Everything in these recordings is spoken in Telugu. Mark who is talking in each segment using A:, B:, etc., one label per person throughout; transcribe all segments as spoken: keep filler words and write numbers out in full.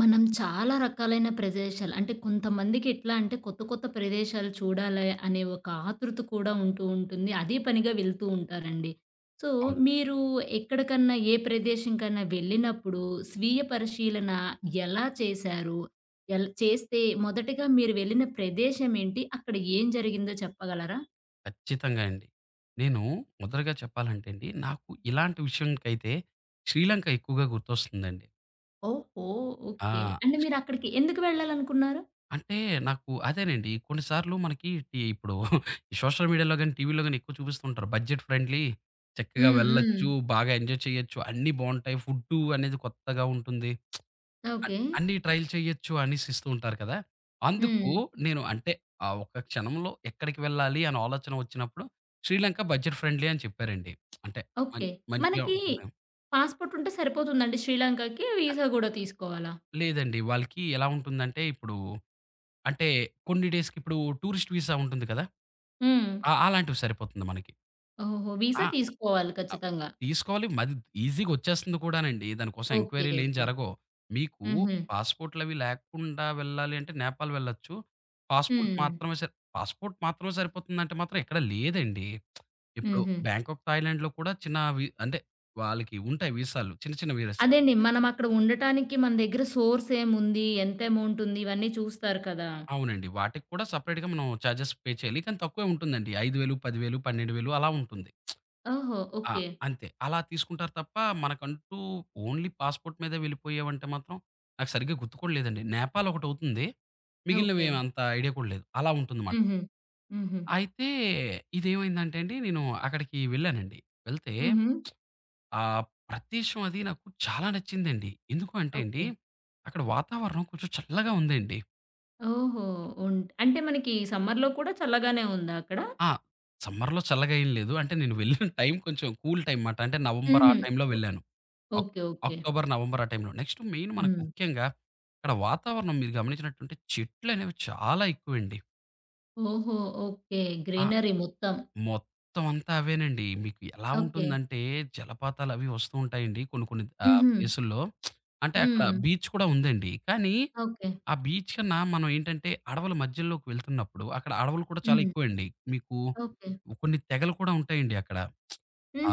A: మనం చాలా రకాలైన ప్రదేశాలు అంటే కొంతమందికి ఎట్లా అంటే కొత్త కొత్త ప్రదేశాలు చూడాలి అనే ఒక ఆతృత కూడా ఉంటూ ఉంటుంది. అదే పనిగా వెళ్తూ ఉంటారండి. సో,
B: అవును.
A: మీరు ఎక్కడికన్నా ఏ ప్రదేశంకన్నా వెళ్ళినప్పుడు స్వీయ పరిశీలన ఎలా చేశారు? ఎల్ చేస్తే మొదటగా మీరు వెళ్ళిన ప్రదేశం ఏంటి? అక్కడ ఏం జరిగిందో చెప్పగలరా?
B: ఖచ్చితంగా అండి. నేను మొదటగా చెప్పాలంటే అండి, నాకు ఇలాంటి విషయంకైతే శ్రీలంక ఎక్కువగా గుర్తొస్తుందండి.
A: ఓహో!
B: ఆ!
A: ఓకే. అంటే
B: శ్రీ
A: మీరక్కడికి ఎందుకు వెళ్ళాలనుకున్నారు?
B: అంటే నాకు అదేనండి. కొన్ని సార్లు మనకి టి ఇప్పుడు సోషల్ మీడియాలో గాని, టీవీలో గాని ఎక్కువ చూపిస్తుంటారు. బడ్జెట్ ఫ్రెండ్లీ చక్కగా
A: హ్మ్. హ్మ్.
B: వెళ్ళొచ్చు, బాగా ఎంజాయ్ చేయొచ్చు, అన్నీ బావుంటాయి. ఫుడ్డు అనేది కొత్తగా ఉంటుంది. అన్
A: ఓకే.
B: అన్నీ ట్రైల్ చేయొచ్చు అనేసి ఇస్తూ ఉంటారు కదా! అందుకు
A: హ్మ్.
B: నేను అంటే ఆహ్, ఒక క్షణంలో ఎక్కడికి వెళ్ళాలి అని ఆలోచన వచ్చినప్పుడు శ్రీలంక బడ్జెట్ ఫ్రెండ్లీ అని చెప్పారండి. అంటే మం
A: ఓకే.
B: మంచిగా
A: మనకి
B: ఉంటుంది.
A: పాస్‌పోర్ట్ ఉంటే సరిపోతుందండి శ్రీలంకకి. వీసా గూడా తీసుకోవాలా?
B: లేదండి. వాళ్ళకి ఎలా ఉంటుందంటే ఇప్పుడు అంటే కొన్ని డేస్‌కి ఇప్పుడు టూరిస్ట్ వీసా ఉంటుంది కదా!
A: హ్మ్.
B: ఆ! అలాంటివి సరిపోతుంది మనకి.
A: ఓహో! వీసా
B: ఆ!
A: తీసుకోవాలి
B: అ
A: ఖచ్చితంగా.
B: తీసుకోవాలి. మది ఈజీగా వచ్చేస్తుంది కూడానండి. దాని కోసం
A: ఓకే.
B: ఎంక్వైరీలు ఏం
A: ఓకే.
B: జరగవు. మీకు
A: హుహు.
B: పాస్‌పోర్ట్‌లవి లేకుండా వెళ్ళాలి అంటే నేపాల్ వెళ్ళొచ్చు. పాస్‌పోర్ట్
A: హ్మ్.
B: మాత్రమే సరి పాస్‌పోర్ట్ మాత్రమే సరిపోతుందంటే మాత్రం ఎక్కడ లేదండి. ఇప్పుడు
A: హుహు.
B: బ్యాంకాక్, థాయిలాండ్‌లో కూడా చిన్న వి అంటే వాళ్ళకి ఉంటాయి వీసాలు. చిన్న చిన్న వీసాలు.
A: అదేండి. మనం అక్కడ ఉండటానికి మన దగ్గర సోర్స్ ఏముంది? ఎంత అమౌంట్ ఉంది? ఇవన్నీ చూస్తారు కదా!
B: అవునండి. వాటికి కూడా సెపరేట్‌గా మనం చార్జెస్ పే చేయాలి. కానీ తక్కువే ఉంటుందండి. ఐదు వేలు, పది వేలు, పన్నెండు వేలు అలా ఉంటుంది.
A: ఓహో!
B: ఆ!
A: ఓకే.
B: అంతే. అలా తీసుకుంటారు తప్ప మనకంటూ ఓన్లీ పాస్‌పోర్ట్ మీదే వెళ్ళిపోయావంటే మాత్రం నాకు సరిగ్గా గుర్తు కూడా లేదండి. నేపాల్ ఒకటవుతుంది.
A: ఓకే.
B: మిగిలినవేమి అంత ఐడియా కూడా లేదు. అలా ఉంటుందన్నమాట.
A: హుహు. హుహు.
B: అయితే ఇదేమైందంటే అండి నేను అక్కడికి వెళ్ళానండి. వెళ్తే
A: హుహు.
B: ఆ ప్రదేశం అది నాకు చాలా నచ్చిందండి. ఎందుకు అంటే అండి
A: ఓకే.
B: అక్కడ వాతావరణం కొంచెం చల్లగా ఉందండి.
A: ఓహో! ఉన్ అంటే మనకి సమ్మర్‌లో కూడా చల్లగానే ఉందా అక్కడ?
B: ఆ! సమ్మర్‌లో చల్లగా ఏం లేదు. అంటే నేను వెళ్ళిన టైం కొంచెం కూల్ టైం మాట. అంటే నవంబర్ ఆ
A: హుహు.
B: టైంలో వెళ్ళాను.
A: ఓ
B: అక్
A: ఓకే. ఓకే.
B: అక్టోబర్, నవంబర్ ఆ టైంలో. నెక్స్ట్ మెయిన్ మనకు
A: హ్మ్.
B: ముఖ్యంగా అక్కడ వాతావరణం మీరు గమనించినట్టుంటే చెట్లనేవి చాలా ఎక్కువండి.
A: ఓహో! ఓకే.
B: ఆ!
A: గ్రీనరీ మొత్తం.
B: మొత్తం అంతా అవేనండి. మీకు ఎలా
A: ఓకే.
B: ఉంటుందంటే జలపాతాలవి వస్తూ ఉంటాయండి కొన్ని కొన్ని ఆహ్,
A: హుహు.
B: ప్లేసుల్లో. అంటే అక్కడ
A: హ్మ్.
B: బీచ్ కూడా ఉందండి. కానీ
A: ఓకే.
B: ఆ బీచ్ కన్నా మనం ఏంటంటే అడవుల మధ్యలోకి వెళ్తున్నప్పుడు అక్కడ అడవులు కూడా చాలా
A: హ్మ్.
B: ఎక్కువండి. మీకు
A: ఓకే.
B: కొన్ని తెగలు కూడా ఉంటాయండి అక్కడ.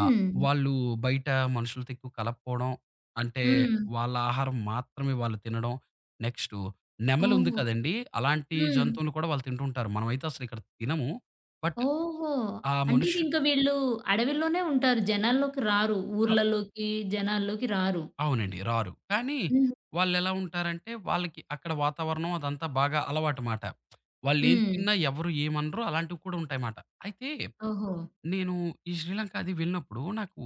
B: ఆ! వాళ్ళు బయట మనుషులతో ఎక్కువ కలపకపోవడం. అంటే
A: హ్మ్.
B: వాళ్ళ ఆహారం మాత్రమే వాళ్ళు తినడం. నెక్స్టు నెమలుంది
A: ఓహో!
B: కదండీ! అలాంటి
A: హ్మ్.
B: జంతువులు కూడా వాళ్ళు తింటూ ఉంటారు. మనమైతే అసలు ఇక్కడ తినము. బట్
A: ఓహో!
B: ఆ
A: అంటే ఇది
B: మనుషులు
A: ఇంక వీళ్ళు అడవిలోనే ఉంటారు. జనాల్లోకి రారు.
B: ర
A: ఊర్లలోకి, జనాల్లోకి రారు.
B: అవునండి. రారు. కానీ
A: హ్మ్.
B: వాళ్ళెలా ఉంటారంటే వాళ్ళకి అక్కడ వాతావరణం అదంతా బాగా అలవాటు మాట. వాళ్ళేం
A: హ్మ్.
B: తిన్నా ఎవరు ఏమనరు అలాంటివి కూడా ఉంటాయి మాట. అయితే
A: ఓహో!
B: నేను ఈ శ్రీలంక అది వెళ్ళినప్పుడు నాకు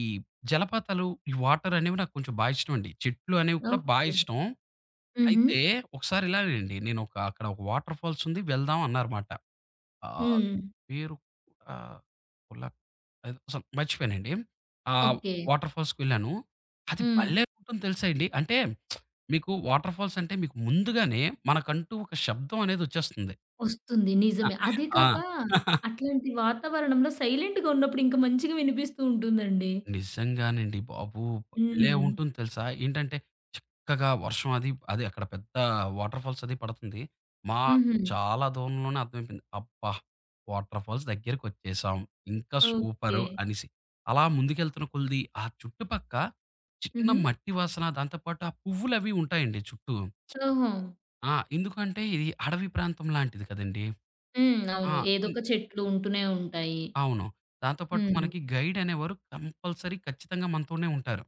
B: ఈ జలపాతాలు, ఈ వాటర్ అనేవి నాకు కొంచెం బా ఇష్టమండి. చెట్లు అనేవి కూడా బా
A: ఓకే.
B: ఇష్టం.
A: హుహు.
B: అయితే ఒకసారి ఇలానేనండి నేను ఒక అక్కడ ఒక వాటర్ ఫాల్స్ ఉంది వెళ్దాం అన్నారుమాట. ఆహ్,
A: హ్మ్.
B: పేరు ఆహ్, కొల్లా ఏదో అసలు మర్చిపోయానండి. ఆ
A: ఓకే.
B: వాటర్ ఫాల్స్‌కెళ్ళాను. అది
A: హ్మ్.
B: భలే ఉంటుందో తెలుసా అండి. అంటే మీకు వాటర్ ఫాల్స్ అంటే మీకు ముందుగానే మనకంటూ ఒక శబ్దం అనేది వచ్చేస్తుంది.
A: వస్తుంది.
B: ఆ!
A: నిజమే. అదే
B: ఆ!
A: కాక అట్లాంటి వాతావరణంలో సైలెంట్‌గా ఉన్నప్పుడు ఇంకా మంచిగా వినిపిస్తూ ఉంటుందండి.
B: నిజంగానండి బాబు!
A: హ్మ్.
B: భలే ఉంటుంది తెలుసా? ఏంటంటే చక్కగా వర్షం అది, అది అక్కడ పెద్ద వాటర్ ఫాల్స్ అది పడుతుంది. మాకు
A: హుహు.
B: చాలా దూరంలోనే అర్థమైపోయింది. అబ్బా! వాటర్ ఫాల్స్ దగ్గరికొచ్చేసాం. ఇంకా
A: ఓకే.
B: సూపరు అనేసి. అలా ముందుకెళ్తున్న కొలిది ఆ చుట్టుపక్క చిన్న
A: హుహు.
B: మట్టి వాసన దాంతో పాటు ఆ పువ్వులవి ఉంటాయండి చుట్టూ.
A: ఓహో!
B: ఆ! ఎందుకంటే ఇది అడవి ప్రాంతం లాంటిది కదండీ!
A: హ్మ్.
B: ఆ!
A: అవును.
B: కొన్ని
A: ఏదొక చెట్లు ఉంటూనే ఉంటాయి.
B: అవును. దాంతో పాటు
A: హ్మ్.
B: మనకి గైడ్ అనేవారు కంపల్సరీ ఖచ్చితంగా మనతోనే ఉంటారు.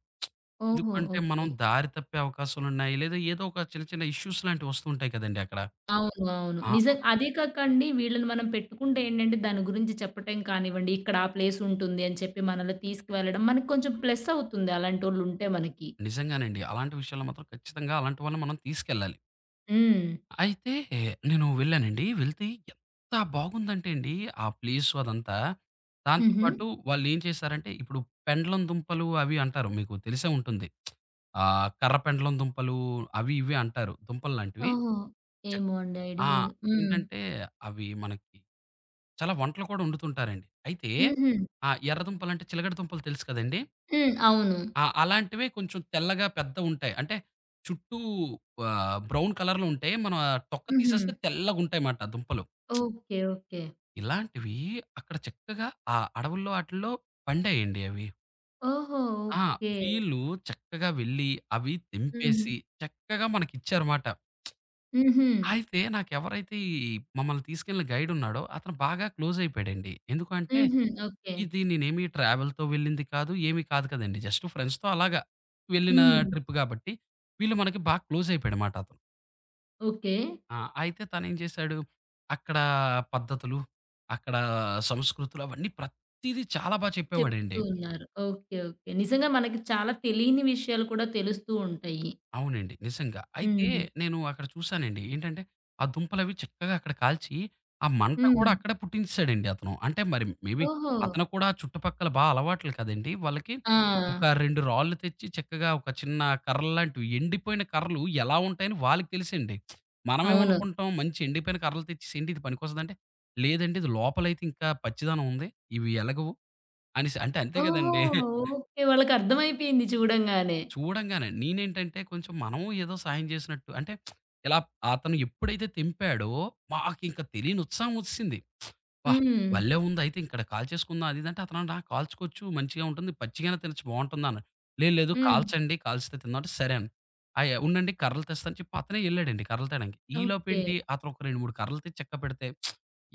A: ఓహో!
B: ఎందుకంటే
A: ఓకే.
B: మనం దారి తప్పే అవకాశాలున్నాయి. లేదా ఏదో ఒక చిన్న చిన్న ఇష్యూస్ లాంటివి వస్తుంటాయి కదండీ అక్కడ.
A: అవును. అవును. నిజం
B: ఆ!
A: అదే కాకండి వీళ్ళని మనం పెట్టుకుంటే ఏంటంటే దాని గురించి చెప్పటం కానివ్వండి, ఇక్కడ ఆ ప్లేస్ ఉంటుంది అని చెప్పి మనల్ని తీసుకువెళ్ళడం మనకు కొంచెం ప్లస్ అవుతుంది అలాంటోళ్ళుంటే మనకి.
B: నిజంగానండి. అలాంటి విషయాల్లో మాత్రం ఖచ్చితంగా అలాంటి వాళ్ళని మనం తీసుకెళ్ళాలి.
A: హ్మ్.
B: అయితే నేను వెళ్ళానండి. వెళ్తే ఎంత బాగుందంటే అండి ఆ ప్లేసు అదంతా. దాంతో
A: హుహు.
B: పాటు వాళ్ళేం చేశారంటే ఇప్పుడు పెండలం దుంపలు అవి అంటారు. మీకు తెలిసే ఉంటుంది. ఆహ్, కర్ర పెండలం దుంపలు అవి ఇవి అంటారు. దుంపలు లాంటివి.
A: ఓహో! ఏమో అండి. ఐడియా
B: ఆ!
A: లేదు. హ్మ్.
B: ఏంటంటే అవి మనకి చాలా వంటలు కూడా వండుతుంటారండి. అయితే
A: హుహు.
B: ఆ ఎర్ర దుంపలంటే చిలకడ దుంపలు తెలుసు కదండీ!
A: హ్మ్. అవును.
B: ఆ! అలాంటివే కొంచెం తెల్లగా పెద్దవుంటాయి. అంటే చుట్టూ ఆహ్, బ్రౌన్ కలర్‌లో ఉంటాయి. మనం ఆ తొక్క
A: హుహు.
B: తీసేస్తే తెల్లగుంటాయమాట దుంపలు.
A: ఓకే. ఓకే.
B: ఇలాంటివి అక్కడ చక్కగా ఆ అడవుల్లో ఆటిల్లో పండాయండి అవి.
A: ఓహో!
B: ఆ!
A: ఓకే.
B: వీళ్ళు చక్కగా వెళ్లి అవి
A: హుహు.
B: తెంపేసి చక్కగా మనకిచ్చారుమాట.
A: హుహు.
B: అయితే నాకెవరైతే ఈ మమ్మల్ని తీసుకెళ్ళిన గైడున్నాడో అతను బాగా క్లోజయిపోయాడండి. ఎందుకు అంటే,
A: హుహు. ఓకే.
B: ఇది నేనేమి ట్రావెల్‌తో వెళ్ళింది కాదు, ఏమి కాదు కదండీ. జస్ట్ ఫ్రెండ్స్‌తో అలాగా వెళ్ళిన
A: హ్మ్.
B: ట్రిప్ గాబట్టి, వీళ్ళు మనకి బాగా క్లోజయిపోయాడుమాట అతను.
A: ఓకే.
B: ఆ! అయితే తనేం చేశాడు, అక్కడ పద్ధతులు, అక్కడ సంస్కృతులు అవన్నీ ప్రతీదీ చాలా బా
A: చెప్తూ
B: చెప్పేవాడండి.
A: ఉన్నారు. ఓకే. ఓకే. నిజంగా మనకి చాలా తెలియని విషయాలు కూడా తెలుస్తూ ఉంటాయి.
B: అవునండి. నిజంగా. అయితే
A: హ్మ్.
B: నేను అక్కడ చూసానండి. ఏంటంటే, ఆ దుంపలవి చక్కగా అక్కడ కాల్చి, ఆ మంట
A: హ్మ్.
B: కూడా అక్కడే పుట్టించేసాడండి అతను. అంటే మరి మేబీ
A: ఓహో!
B: అతను కూడా చుట్టుపక్కల బా అలవాట్లు కదండీ! వాళ్ళకి.
A: ఆ!
B: ఒక రెండు రాళ్ళు తెచ్చి చక్కగా ఒక చిన్న కర్రల్లాంటివి ఎండిపోయిన కర్రలు ఎలా ఉంటాయని వాళ్ళకి తెలుసండి.
A: అవును.
B: మనమేమనుకుంటాం మంచి ఎండిపోయిన కర్రలు తెచ్చేసి ఏంటి ఇది పనికొస్తదంటే, లేదండి ఇది లోపలైతే ఇంకా పచ్చిదనం ఉంది. ఇవి ఎలగవు అనేసి అంటే అంతే
A: ఓహో!
B: గదండీ!
A: ఓకే. వాళ్ళకర్థమైపోయింది చూడంగానే.
B: చూడంగానే నేనేంటంటే కొంచెం మనం ఏదో సాయం చేసినట్టు అంటే ఇలా అతను ఎప్పుడైతే తెంపాడో మాకింక తెలియని ఉత్సాహం వచ్చిసింది. అబ్బా!
A: హ్మ్.
B: భలే ఉంది అయితే ఇక్కడ కాల్చేసుకుందాం అది ఇది అంటే అతను అన్నాడు, "ఆ! కాల్చుకోవచ్చు మంచిగా ఉంటుంది. పచ్చిగానే తినొచ్చు బావుంటుంది" అన్నాడు. "లేదు లేదు
A: హ్మ్.
B: కాల్చండి కాల్చితే తిందాం" అంటే సరే అన్నా. అయ్య ఉండండి కర్రలు తెస్తా అని చెప్పి అతనే ఎళ్ళాడండి కర్రలు తేడానికి.
A: ఓకే.
B: ఈలోపేంటి అతను ఒక రెండు, మూడు కర్రలు తెచ్చి చక్కపెడితే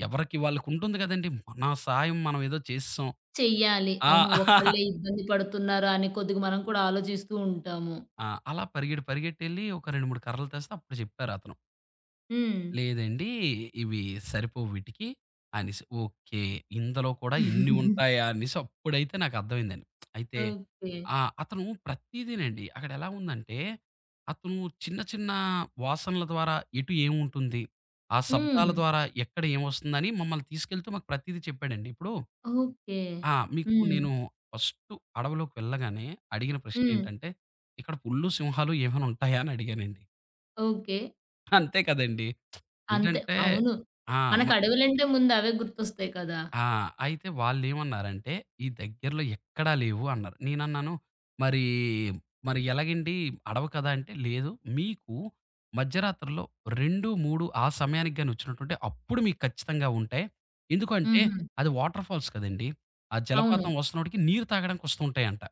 B: ఎవరికి వాళ్ళకుంటుంది కదండీ! మన సహాయం మనం ఏదో చేసేసాం.
A: చెయ్యాలి. అవును.
B: ఆ!
A: ఒక్కళ్ళే ఇబ్బంది పడుతున్నారా అని కొద్దిగా మనం కూడా ఆలోచిస్తూ ఉంటాము.
B: ఆ! అలా పరిగెడి పరిగెట్టెళ్లి ఒక రెండు, మూడు కర్రలు తెస్తే అప్పుడు చెప్పారతను.
A: హ్మ్.
B: లేదండి ఇవి సరిపోవు వీటికి అనేసి. ఓకే. ఇందులో కూడా ఇన్ని ఉంటాయా అనేసి అప్పుడైతే నాకర్థమైందండి. అయితే
A: ఓకే.
B: ఆ! అతను ప్రతీదీనండి. అక్కడెలా ఉందంటే అతను చిన్న చిన్న వాసనల ద్వారా ఎటు ఏముంటుంది? ఆ శబ్దాల
A: హ్మ్.
B: ద్వారా ఎక్కడ ఏమొస్తుందని మమ్మల్ని తీసుకెళ్తూ మాకు ప్రతీదీ చెప్పాడండి. ఇప్పుడు
A: ఓకే.
B: ఆ! మీకు
A: హ్మ్.
B: నేను ఫస్టు అడవిలోకి వెళ్ళగానే అడిగిన
A: హ్మ్.
B: ప్రశ్నేంటంటే, "ఇక్కడ పులులు, సింహాలు ఏమైనా ఉంటాయా?" అని అడిగానండి.
A: ఓకే.
B: అంతే కదండీ!
A: అంతే.
B: ఏంటంటే
A: అవును.
B: ఆ! మ
A: మనకు అడవులంటే ముందు అవే గుర్తొస్తాయి కదా!
B: ఆ! అయితే వాళ్ళేమన్నారంటే, "ఈ దగ్గరలో ఎక్కడా లేవు" అన్నారు. నేనన్నాను, "మరి, మరి ఎలాగండి అడవి కదా!" అంటే, "లేదు మీకు మధ్యరాత్రుల్లో రెండు, మూడు ఆ సమయానికి గాని వచ్చినట్టుంటే అప్పుడు మీకు ఖచ్చితంగా ఉంటాయి. ఎందుకంటే
A: హుహు.
B: అది వాటర్ ఫాల్స్ కదండీ! ఆ
A: అవును.
B: జలపాతం వస్తున్నోటికి నీరు తాగడానికి వస్తూ ఉంటాయంట."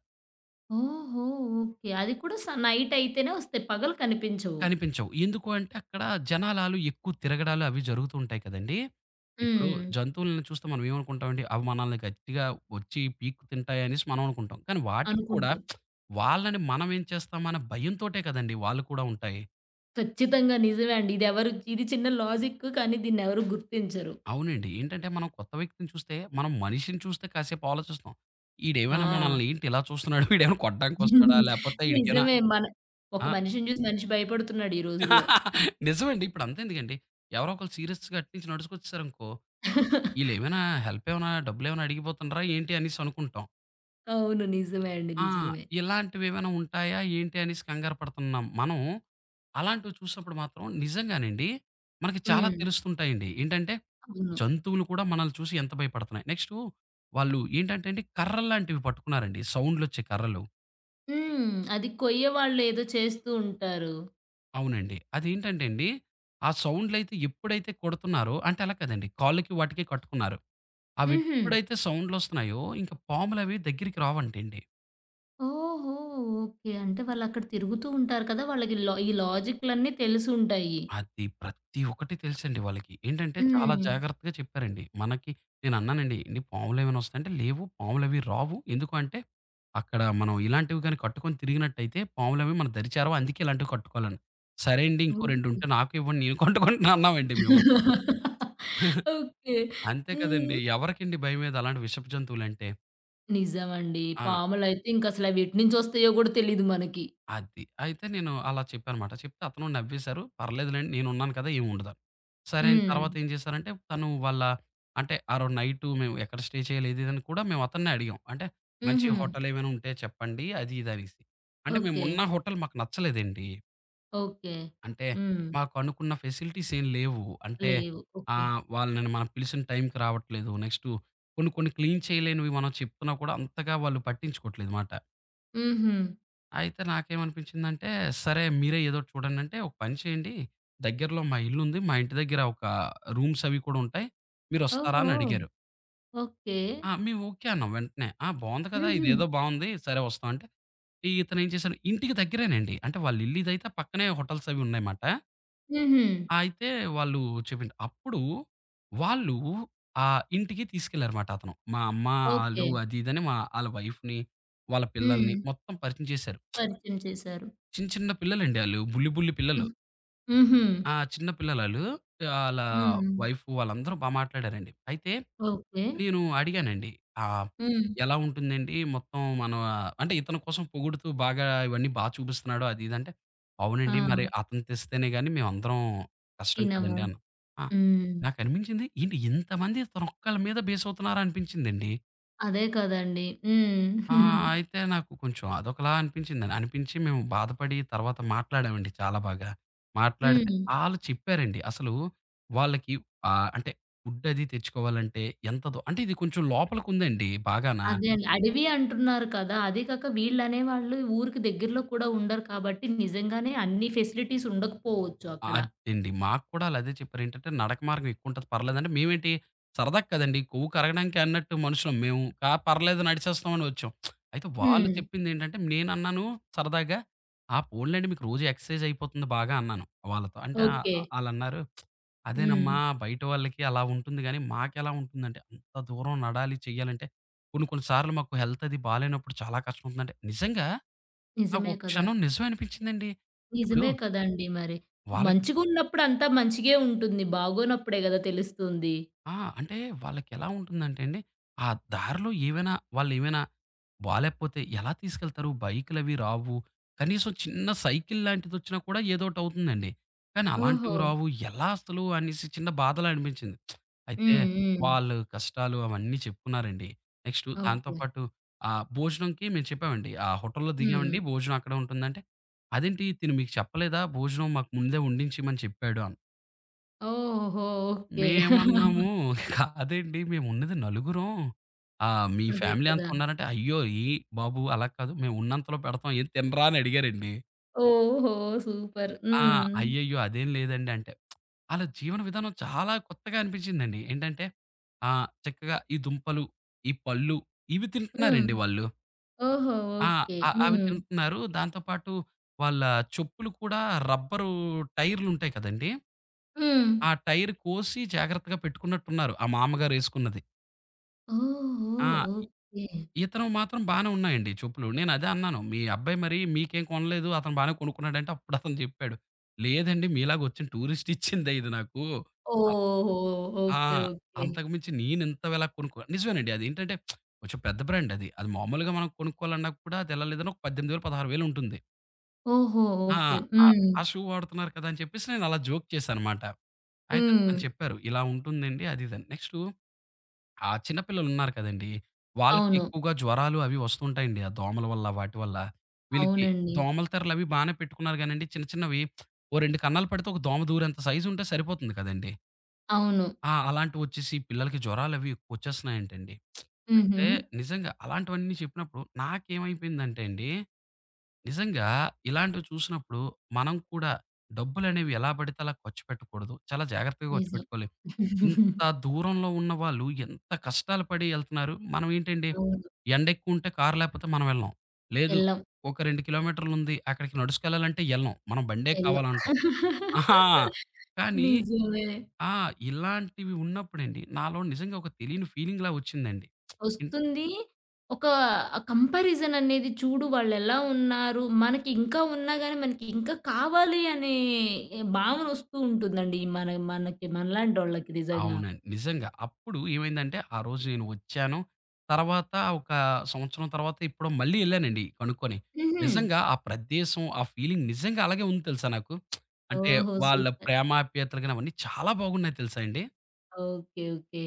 A: ఓహో! ఓకే. అది కూడా స నైట్ అయితేనే వస్తాయి. పగలు కనిపించవు.
B: కనిపించవు. ఎందుకు అంటే అక్కడ జనాలాలు ఎక్కువ తిరగడాలు అవి జరుగుతూ ఉంటాయి కదండీ! ఇప్పుడు
A: హ్మ్.
B: జంతువులను చూస్తే మనం ఏమనుకుంటామండి? అవి మనల్ని గట్టిగా వచ్చి పీక్కు తింటాయనేసి మనం అనుకుంటాం. కానీ వాటికి కూడా
A: అనుకుంటూ.
B: వాళ్ళని మనం ఏం చేస్తామన్న భయంతోటే కదండీ! వాళ్ళు కూడా ఉంటాయి.
A: ఖచ్చితంగా నిజమే అండి. ఇదెవరు ఇది చిన్న లాజిక్ కానీ దీన్నెవరు గుర్తించరు.
B: అవునండి. ఏంటంటే మనం కొత్త వ్యక్తిని చూస్తే మనం మనిషిని చూస్తే కాసేపు ఆలోచిస్తాం. ఈడేమైనా
A: ఆ!
B: మనల్ని ఏంటి ఇలా చూస్తున్నాడు? వీడేమైనా కొట్టడానికి వస్తాడా? లేపోతే ఈడికేనా
A: నిజమే. మన ఒక
B: ఆ!
A: మనిషిని చూసి మనిషి భయపడుతున్నాడు ఈ రోజుల్లో.
B: నిజమండి. ఇప్పుడు అంతెందుకండి. ఎవరో ఒకళ్ళు సీరియస్‌గా అటు నుంచి నడుచుకొచ్చేసారనుకో ఈళ్ళేమైనా హెల్ప్ ఏమైనా డబ్బులేమైనా అడిగిపోతున్నారా ఏంటి అనేసి అనుకుంటాం.
A: అవును. నిజమే అండి.
B: ఆ!
A: నిజమే.
B: ఇలాంటివేమైనా ఉంటాయా ఏంటి అనేసి కంగారు పడుతున్నాం. మనం అలాంటివి చూసినప్పుడు మాత్రం నిజంగానండి మనకి చాలా
A: హ్మ్.
B: తెలుస్తుంటాయండి. ఏంటంటే
A: అవును.
B: జంతువులు కూడా మనల్ని చూసి ఎంత భయపడుతున్నాయి. నెక్స్టు వాళ్ళు ఏంటంటే అండి కర్రల్లాంటివి పట్టుకున్నారండి. సౌండ్‌లొచ్చే కర్రలు.
A: హ్మ్. అది కొయ్యవాళ్ళు ఏదో చేస్తూ ఉంటారు.
B: అవునండి. అదేంటంటే అండి ఆ సౌండ్‌లైతే ఎప్పుడైతే కొడుతున్నారో అంటే అలా కాదండి. కాళ్ళకి వాటికి కట్టుకున్నారు.
A: హుహు.
B: అవెప్పుడైతే సౌండ్‌లొస్తున్నాయో ఇంక పాములవి దగ్గరికి రావంటండి.
A: ఓహో! ఓకే. అంటే వాళ్ళక్కడ తిరుగుతూ ఉంటారు కదా! వాళ్ళకి లో ఈ లాజిక్‌లన్నీ తెలిసుంటాయి.
B: అది ప్రతి ఒక్కటి తెలుసండి వాళ్ళకి. ఏంటంటే ఓహ్! చాలా
A: హ్మ్.
B: జాగ్రత్తగా చెప్పారండి. మనకి నేను అన్నానండి, "ఏండి పాములేమైనా వస్తాయంటే" "లేవు పాములవి రావు. ఎందుకు అంటే అక్కడ మనం ఇలాంటివి గాని కట్టుకొని తిరిగినట్టయితే పాములవి మన దరిచేరవు. అందుకే ఇలాంటివి కట్టుకోవాలని." "సరే అండి ఇంకో రెండు
A: ఓకే.
B: ఉంటే నాకు ఇవ్వండి నేను కట్టుకుంటున్నా" అన్నామండి మేము.
A: ఓకే.
B: అంతే కదండీ!
A: హ్మ్.
B: ఎవరికండి భయమేది అలాంటి విషపు జంతువులంటే.
A: నిజమండి.
B: ఆ!
A: పాములైతే ఇంకసల అవెట్నుంచొస్తాయో గూడా తెలీదు మనకి.
B: అది. అయితే నేను అలా చెప్పానమాట. చెప్తే అతను నవ్వేశారు. పర్లేదులెండి నేనున్నాను కదా! ఏముండదని. సరే అని
A: హ్మ్.
B: తర్వాత ఏం చేశారంటే తను వాళ్ళ అంటే ఆ రోజు నైటు మేము ఎక్కడ స్టే చేయాలి అది, ఇది అని కూడా మేము అతన్నే అడిగాం. అంటే మంచి
A: హుహు.
B: హోటల్ ఏమైనా ఉంటే చెప్పండి అది, ఇది అనేసి. అంటే
A: ఓకే.
B: మేమున్న హోటల్ మాకు నచ్చలేదండి.
A: ఓకే.
B: అంటే
A: హ్మ్.
B: మాకు అనుకున్న ఫెసిలిటీస్ ఏం లేవు. అంటే
A: లేవు. ఓకే.
B: ఆహ్, వాళ్ళని మనం పిలిసిన టైంకి రావట్లేదు. నెక్స్టు కొన్ని, కొన్ని క్లీన్ చేయలేనివి మనం చెప్తున్నా కూడా అంతగా వాళ్ళు పట్టించుకోవట్లేదు మాట.
A: హుహు.
B: అయితే నాకేమనిపించిందంటే, సరే మీరే ఏదోటి చూడండంటే, ఒక పని చేయండి. దగ్గరలో మా ఇల్లుంది. మా ఇంటి దగ్గర ఒక రూమ్స్ అవి కూడా ఉంటాయి. మీరొస్తారా
A: ఓహో!
B: అని అడిగారు.
A: ఓకే.
B: ఆ! మేము ఓకే అన్నాం వెంటనే. ఆ! బావుంది కదా!
A: హుహు.
B: ఇదేదో బావుంది. సరే వస్తాం అంటే, ఇతనేం చేశారు ఇంటికి దగ్గరేనండి. అంటే వాళ్ళ ఇల్లు ఇదైతే పక్కనే హోటల్స్ అవి ఉన్నాయన్నమాట.
A: హుహు.
B: ఆ, అయితే వాళ్ళు చెప్పింది. అప్పుడు వాళ్ళు ఆ ఇంటికి తీసుకెళ్లారన్నమాట అతను. మా అమ్మ
A: ఓకే.
B: ఆళ్ళు అది ఇదని మా ఆళ్ళ వైఫ్‌ని, వాళ్ళ
A: హ్మ్.
B: పిల్లల్ని మొత్తం పరిచయం చేశారు.
A: పరిచయం చేశారు.
B: చిన్న చిన్న పిల్లలండి ఆళ్ళు. బుల్లి బుల్లి పిల్లలు.
A: హ్మ్. హుహు.
B: ఆ! చిన్న పిల్లలాళ్ళు. ఆళ్ళ
A: హ్మ్.
B: వైఫ్ వాళ్ళందరూ బా మాట్లాడారండి. అయితే
A: ఓకే.
B: నేను అడిగానండి. ఆహ్,
A: హ్మ్.
B: ఎలా ఉంటుందండి మొత్తం మన అంటే ఇతని కోసం పొగుడుతూ బాగా ఇవన్నీ బా చూపిస్తున్నాడు అది ఇది అంటే,
A: ఆ!
B: అవునండి మరి అతను తెస్తేనే గాని మేమందరం కష్టం
A: తినము.
B: కదండీ అన్నా. ఆ!
A: హ్మ్.
B: నాకనిపించింది ఏంటి ఇంతమంది తనొక్కళ్ళ మీద బేస్ అవుతున్నారా అనిపించిందండి.
A: అదే కదండీ. హ్మ్.
B: ఆ! అయితే నాకు కొంచెం అదొకలా అనిపించిందండి. అనిపించి మేము బాధపడి తర్వాత మాట్లాడామండి చాలా బాగా. మాట్లాడితే
A: హ్మ్.
B: ఆళ్ళు చెప్పారండి. అసలు వాళ్ళకి ఆహ్, అంటే ఫుడ్ అది తెచ్చుకోవాలంటే ఎంతదో అంటే ఇది కొంచెం లోపలికుందండి బాగాన.
A: అదే అండి. అడవి అంటున్నారు కదా! అది కాక వీళ్ళనేవాళ్ళు ఊరికి దగ్గరలో కూడా ఉండరు కాబట్టి నిజంగానే అన్ని ఫెసిలిటీస్ ఉండకపోవచ్చు అక్కడ.
B: అదండి. మాకు కూడా ఆళ్ళదే చెప్పారు. ఏంటంటే, "నడక మార్గం ఎక్కువుంటది పర్లేదంటే" మేమేంటి సరదాకి కదండీ! కొవ్వు కరగడానికి అన్నట్టు మనుషులం మేము. కా పర్లేదు నడిచేస్తామని వచ్చాం. అయితే వాళ్ళు
A: హ్మ్.
B: చెప్పిందేంటంటే, నేనన్నాను సరదాగా, "ఆ! పోన్లెండి మీకు రోజు ఎక్సర్‌సైజ్ అయిపోతుంది బాగా" అన్నాను వాళ్ళతో. అంటే ఆహ్,
A: ఓకే.
B: ఆళ్ళన్నారు,
A: హ్మ్.
B: "అదేనమ్మా బయట వాళ్ళకి అలా ఉంటుంది గానీ, మాకెలా ఉంటుందంటే అంత దూరం నడాలి, చెయ్యాలంటే కొన్ని కొన్ని సార్లు మాకు హెల్త్ అది బాలేనప్పుడు చాలా కష్టమవుతుందంటే" నిజంగా నాకు
A: నిజమే
B: ఒక
A: కదా!
B: క్షణం నిజం అనిపించిందండి. ఇప్పుడు
A: నిజమే కదండీ మరి.
B: వాళ్ళకి
A: మంచిగున్నప్పుడు అంతా మంచిగే ఉంటుంది. బాగోనప్పుడే గదా తెలుస్తుంది.
B: ఆ! అంటే వాళ్ళకెలా ఉంటుందంటే అండి, ఆ దారిలో ఏవైనా వాళ్ళేమైనా బాలేకపోతే ఎలా తీసుకెళ్తారు? బైకులవి రావు. కనీసం చిన్న సైకిల్ లాంటిదొచ్చినా కూడా ఏదోటవుతుందండి. కానీ
A: ఓహో!
B: అలాంటివి రావు. ఎలా అసలు అనేసి చిన్న బాధలా అనిపించింది. అయితే
A: హ్మ్. హ్మ్.
B: వాళ్ళు కష్టాలు అవన్నీ చెప్పుకున్నారండి. నెక్స్టు దాంతో
A: ఓకే.
B: పాటు ఆహ్, భోజనంకి మేము చెప్పామండి. ఆ హోటల్‌లో
A: హ్మ్.
B: దిగామండి. భోజనం అక్కడే ఉంటుందంటే, "అదేంటి తిను మీకు చెప్పలేదా? భోజనం మాకు ముందే వండించమని చెప్పాడు" అన్నారు.
A: ఓహో! ఓకే.
B: మేమన్నాము కాదండి. మేమున్నది నలుగురం. ఆహ్, మీ
A: అదే
B: ఫ్యామిలీ
A: కదా!
B: అంతా ఉన్నారంటే, "అయ్యో! ఈ బాబు అలా కాదు. మేము ఉన్నంతలో పెడతాం. ఏం తినరా?" అని అడిగారండి.
A: ఓహో! సూపర్.
B: ఆ!
A: హ్మ్.
B: "అయ్యయ్యో! అదేం లేదండి" అంటే, ఆళ్ళ జీవన విధానం చాలా కొత్తగా అనిపించిందండి. ఏంటంటే, ఆహ్, చక్కగా ఈ దుంపలు, ఈ పళ్ళు ఇవి
A: హ్మ్.
B: తింటున్నారండి వాళ్ళు.
A: ఓహో!
B: ఆ!
A: ఓకే.
B: అ అవి
A: హ్మ్.
B: తింటున్నారు. దాంతో పాటు వాళ్ళ చెప్పులు కూడా రబ్బరు టైర్లుంటాయి కదండీ!
A: హ్మ్.
B: ఆ టైర్ కోసి జాగ్రత్తగా పెట్టుకున్నట్టున్నారు. ఆ మా అమ్మగారేసుకున్నది.
A: ఓహో!
B: ఆ!
A: ఓకే.
B: ఇతను మాత్రం బానే ఉన్నాయండి చెప్పులు. నేనదే అన్నాను. మీ అబ్బాయి మరి మీకేం కొనలేదు. అతను బానే కొనుక్కున్నాడంటే అప్పుడు అతను జెప్పాడు. లేదండి మీలాగా వచ్చిన టూరిస్ట్ ఇచ్చిందే ఇది నాకు. అ
A: ఓహో!
B: ఆ!
A: ఓకే. ఓకే.
B: అంతకు మించి నేనింత వెల కొనుక్కో నిజమేనండి. అదేంటంటే కొంచెం పెద్ద బ్రాండ్ అది. అది మామూలుగా మనం కొనుక్కోవాలన్నా కూడా అది ఎలా లేదన్నా ఒక పద్దెనిమిది వేలు, పదహారు వేలు ఉంటుంది.
A: ఓహో!
B: ఆ!
A: ఓకే.
B: ఆ
A: హ్మ్.
B: ఆ షూ వాడుతున్నారు కదా! అని చెప్పేసి నేను అలా జోక్ చేశాననమాట. అయితే
A: హ్మ్.
B: తను చెప్పారు. ఇలా ఉంటుందండి అది ఇదని. నెక్స్టు ఆ చిన్న పిల్లలున్నారు కదండీ! వాళ్ళకి
A: అవును.
B: ఎక్కువగా జ్వరాలు అవి వస్తుంటాయండి. ఆ దోమల వల్ల వాటి వల్ల. వీళ్ళకి
A: అవునండి.
B: దోమల తెరలవి బానే పెట్టుకున్నారు గానండి చిన్న చిన్నవి ఓ రెండు కన్నాలు పడితే ఒక దోమ దూరేంత సైజుంటే సరిపోతుంది కదండీ!
A: అవును.
B: ఆ! అలాంటివొచ్చేసి పిల్లలకి జ్వరాలవి ఎక్కువొచ్చేస్తున్నాయంటండి.
A: హుహు.
B: అయితే నిజంగా అలాంటివన్నీ చెప్పినప్పుడు నాకేమైపోయిందంటే అండి నిజంగా ఇలాంటివి చూసినప్పుడు మనం కూడా డబ్బులనేవి ఎలా పడితే అలా ఖర్చు పెట్టకూడదు. చాలా జాగ్రత్తగా ఖర్చు
A: నిజం.
B: పెట్టుకోవాలి. ఇంత దూరంలో ఉన్న వాళ్ళు ఎంత కష్టాలు పడి ఎళ్తున్నారు. మనం ఏంటండి
A: అవును.
B: ఎండ ఎక్కువుంటే కారు లేపోతే మనం వెళ్ళం. లేదు
A: ఎళ్ళం.
B: ఒక రెండు కిలోమీటర్లుంది అక్కడికి నడుచుకెళ్ళాలంటే ఎళ్ళం. మనం బండే
A: ఎళ్ళం.
B: కావాలంటాం. ఆహా! కానీ
A: నిజమే.
B: ఆ! ఇలాంటివి ఉన్నప్పుడండి నాలో నిజంగా ఒక తెలియని ఫీలింగ్‌లా వచ్చిందండి.
A: వస్తుంది. ఒక కంపారిజన్ అనేది చూడు వాళ్ళెలా ఉన్నారు, మనకి ఇంకా ఉన్నా గాని మనకి ఇంకా కావాలి అనే భావన వస్తూ ఉంటుందండి. మన మనకి మనలాంటోళ్ళకి నిజంగా.
B: అవునండి. నిజంగా. అప్పుడు ఏమైందంటే, ఆ రోజు నేను వచ్చాను. తర్వాత ఒక సంవత్సరం తర్వాత ఎప్పుడో మళ్ళీ ఎళ్ళానండి కనుక్కొని.
A: హుహు.
B: నిజంగా ఆ ప్రదేశం, ఆ ఫీలింగ్ నిజంగా అలాగే ఉంది తెలుసా నాకు. అంటే
A: ఓహో!
B: వాళ్ళ
A: సూపర్.
B: ప్రేమాప్యాయతలు గాని అవన్నీ చాలా బాగున్నాయి తెలుసా అండి.
A: ఓకే. ఓకే.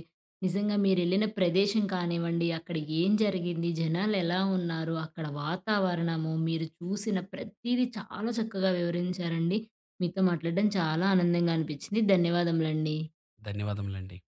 A: నిజంగా మీరెళ్ళిన ప్రదేశం కానివ్వండి, అక్కడ ఏం జరిగింది, జనాలెలా ఉన్నారు, అక్కడ వాతావరణము, మీరు చూసిన ప్రతీదీ చాలా చక్కగా వివరించారండి. మీతో మాట్లాడడం చాలా ఆనందంగా అనిపించింది. ధన్యవాదములండి.
B: ధన్యవాదములండి.